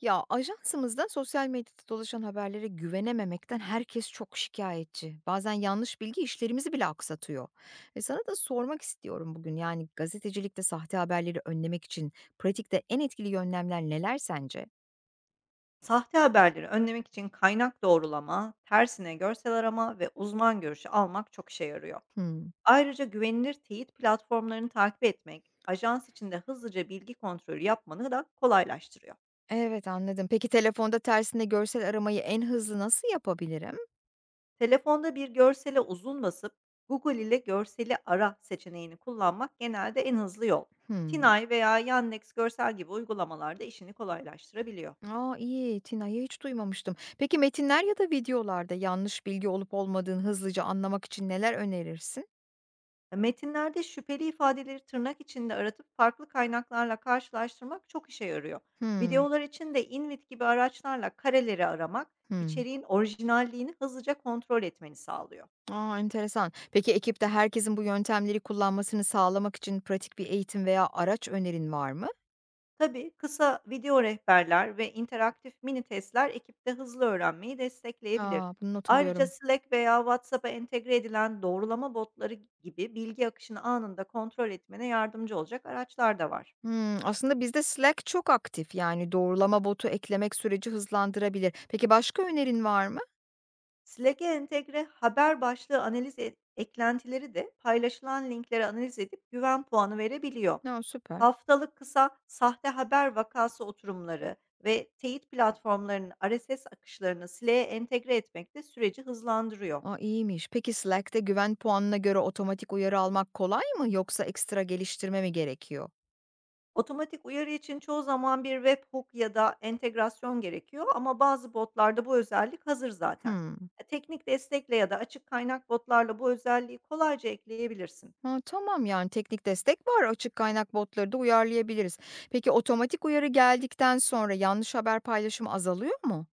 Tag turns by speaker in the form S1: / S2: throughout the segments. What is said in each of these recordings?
S1: Ya ajansımızda sosyal medyada dolaşan haberlere güvenememekten herkes çok şikayetçi. Bazen yanlış bilgi işlerimizi bile aksatıyor. E sana da sormak istiyorum bugün, yani gazetecilikte sahte haberleri önlemek için pratikte en etkili yönlemler neler sence?
S2: Sahte haberleri önlemek için kaynak doğrulama, tersine görsel arama ve uzman görüşü almak çok işe yarıyor.
S1: Hmm.
S2: Ayrıca güvenilir teyit platformlarını takip etmek, ajans içinde hızlıca bilgi kontrolü yapmanı da kolaylaştırıyor.
S1: Evet, anladım. Peki telefonda tersine görsel aramayı en hızlı nasıl yapabilirim?
S2: Telefonda bir görsele uzun basıp Google ile görseli ara seçeneğini kullanmak genelde en hızlı yol.
S1: Hmm.
S2: Tinay veya Yandex Görsel gibi uygulamalarda işini kolaylaştırabiliyor.
S1: Aa iyi, Tina'yı hiç duymamıştım. Peki metinler ya da videolarda yanlış bilgi olup olmadığını hızlıca anlamak için neler önerirsin?
S2: Metinlerde şüpheli ifadeleri tırnak içinde aratıp farklı kaynaklarla karşılaştırmak çok işe yarıyor.
S1: Hmm.
S2: Videolar için de InVid gibi araçlarla kareleri aramak,
S1: Hmm.
S2: içeriğin orijinalliğini hızlıca kontrol etmeni sağlıyor.
S1: A, enteresan. Peki ekipte herkesin bu yöntemleri kullanmasını sağlamak için pratik bir eğitim veya araç önerin var mı?
S2: Tabii, kısa video rehberler ve interaktif mini testler ekipte hızlı öğrenmeyi destekleyebilir.
S1: A, bunu not
S2: Ayrıca
S1: alıyorum.
S2: Slack veya WhatsApp'a entegre edilen doğrulama botları gibi bilgi akışını anında kontrol etmene yardımcı olacak araçlar da var.
S1: Hımm, aslında bizde Slack çok aktif, yani doğrulama botu eklemek süreci hızlandırabilir. Peki başka önerin var mı?
S2: Slack'e entegre haber başlığı analiz eklentileri de paylaşılan linkleri analiz edip güven puanı verebiliyor.
S1: A, süper.
S2: Haftalık kısa sahte haber vakası oturumları ve teyit platformlarının RSS akışlarını Slack'e entegre etmek de süreci hızlandırıyor.
S1: A, iyiymiş. Peki Slack'te güven puanına göre otomatik uyarı almak kolay mı yoksa ekstra geliştirme mi gerekiyor?
S2: Otomatik uyarı için çoğu zaman bir webhook ya da entegrasyon gerekiyor, ama bazı botlarda bu özellik hazır zaten.
S1: Hımm.
S2: Teknik destekle ya da açık kaynak botlarla bu özelliği kolayca ekleyebilirsin.
S1: Ha, tamam, yani teknik destek var. Açık kaynak botları da uyarlayabiliriz. Peki otomatik uyarı geldikten sonra yanlış haber paylaşımı azalıyor mu?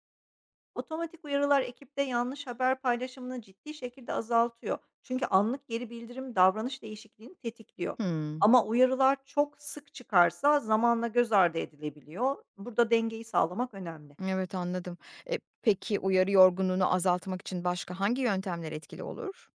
S2: Otomatik uyarılar ekipte yanlış haber paylaşımını ciddi şekilde azaltıyor, çünkü anlık geri bildirim davranış değişikliğini tetikliyor.
S1: Hmm,
S2: Ama uyarılar çok sık çıkarsa zamanla göz ardı edilebiliyor. Burada dengeyi sağlamak önemli.
S1: evet, anladım. E, peki uyarı yorgunluğunu azaltmak için başka hangi yöntemler etkili olur?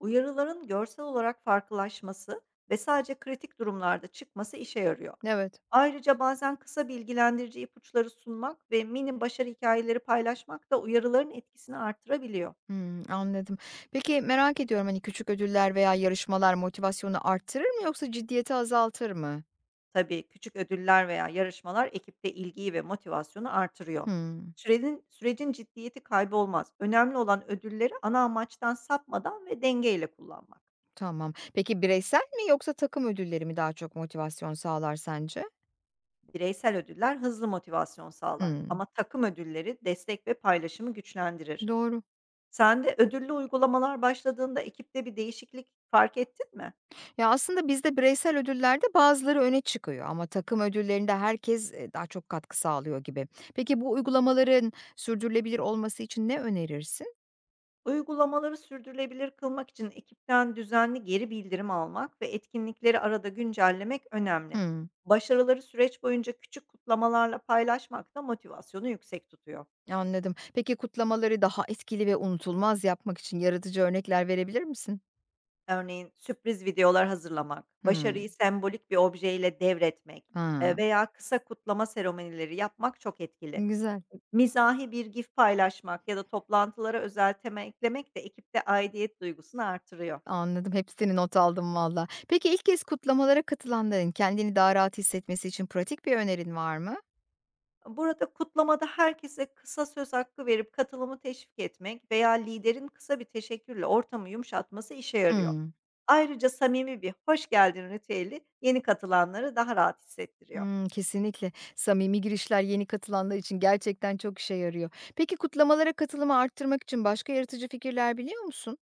S2: Uyarıların görsel olarak farklılaşması ve sadece kritik durumlarda çıkması işe yarıyor.
S1: Evet.
S2: Ayrıca bazen kısa bilgilendirici ipuçları sunmak ve mini başarı hikayeleri paylaşmak da uyarıların etkisini artırabiliyor.
S1: Hmm, anladım. Peki merak ediyorum, hani küçük ödüller veya yarışmalar motivasyonu arttırır mı yoksa ciddiyeti azaltır mı?
S2: Tabii, küçük ödüller veya yarışmalar ekipte ilgiyi ve motivasyonu artırıyor.
S1: Hmm,
S2: Sürenin sürecin ciddiyeti kaybolmaz. Önemli olan ödülleri ana amaçtan sapmadan ve dengeyle kullanmak.
S1: tamam. Peki bireysel mi yoksa takım ödülleri mi daha çok motivasyon sağlar sence?
S2: Bireysel ödüller hızlı motivasyon sağlar,
S1: Hmm,
S2: ama takım ödülleri destek ve paylaşımı güçlendirir.
S1: doğru.
S2: Sen de ödüllü uygulamalar başladığında ekipte bir değişiklik fark ettin mi?
S1: Ya, aslında bizde bireysel ödüllerde bazıları öne çıkıyor ama takım ödüllerinde herkes, daha çok katkı sağlıyor gibi. Peki bu uygulamaların sürdürülebilir olması için ne önerirsin?
S2: Uygulamaları sürdürülebilir kılmak için ekipten düzenli geri bildirim almak ve etkinlikleri arada güncellemek önemli.
S1: Hımm,
S2: Başarıları süreç boyunca küçük kutlamalarla paylaşmak da motivasyonu yüksek tutuyor.
S1: anladım. Peki kutlamaları daha etkili ve unutulmaz yapmak için yaratıcı örnekler verebilir misin?
S2: Örneğin sürpriz videolar hazırlamak,
S1: Hımm.
S2: başarıyı sembolik bir objeyle devretmek
S1: Ha,
S2: veya kısa kutlama seremonileri yapmak çok etkili.
S1: güzel.
S2: Mizahi bir gif paylaşmak ya da toplantılara özel tema eklemek de ekipte aidiyet duygusunu artırıyor.
S1: Anladım, hepsini not aldım valla. Peki ilk kez kutlamalara katılanların kendini daha rahat hissetmesi için pratik bir önerin var mı?
S2: Burada kutlamada herkese kısa söz hakkı verip katılımı teşvik etmek veya liderin kısa bir teşekkürle ortamı yumuşatması işe yarıyor.
S1: Hımm.
S2: Ayrıca samimi bir hoş geldin ritüeli yeni katılanları daha rahat hissettiriyor.
S1: Hımm, kesinlikle. Samimi girişler yeni katılanlar için gerçekten çok işe yarıyor. Peki kutlamalara katılımı arttırmak için başka yaratıcı fikirler biliyor musun?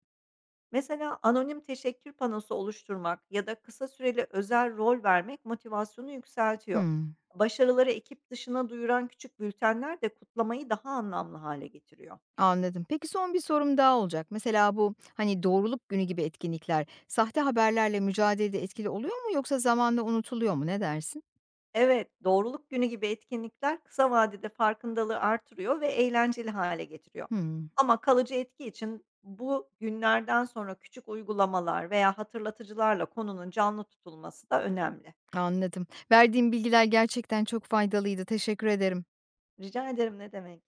S2: Mesela anonim teşekkür panosu oluşturmak ya da kısa süreli özel rol vermek motivasyonu yükseltiyor.
S1: Hımm,
S2: Başarıları ekip dışına duyuran küçük bültenler de kutlamayı daha anlamlı hale getiriyor.
S1: anladım. Peki son bir sorum daha olacak. Mesela bu, hani, doğruluk günü gibi etkinlikler sahte haberlerle mücadelede etkili oluyor mu yoksa zamanla unutuluyor mu? Ne dersin?
S2: Evet, doğruluk günü gibi etkinlikler kısa vadede farkındalığı artırıyor ve eğlenceli hale getiriyor.
S1: Hımm,
S2: Ama kalıcı etki için bu günlerden sonra küçük uygulamalar veya hatırlatıcılarla konunun canlı tutulması da önemli.
S1: anladım. Verdiğim bilgiler gerçekten çok faydalıydı. Teşekkür ederim.
S2: Rica ederim, ne demek.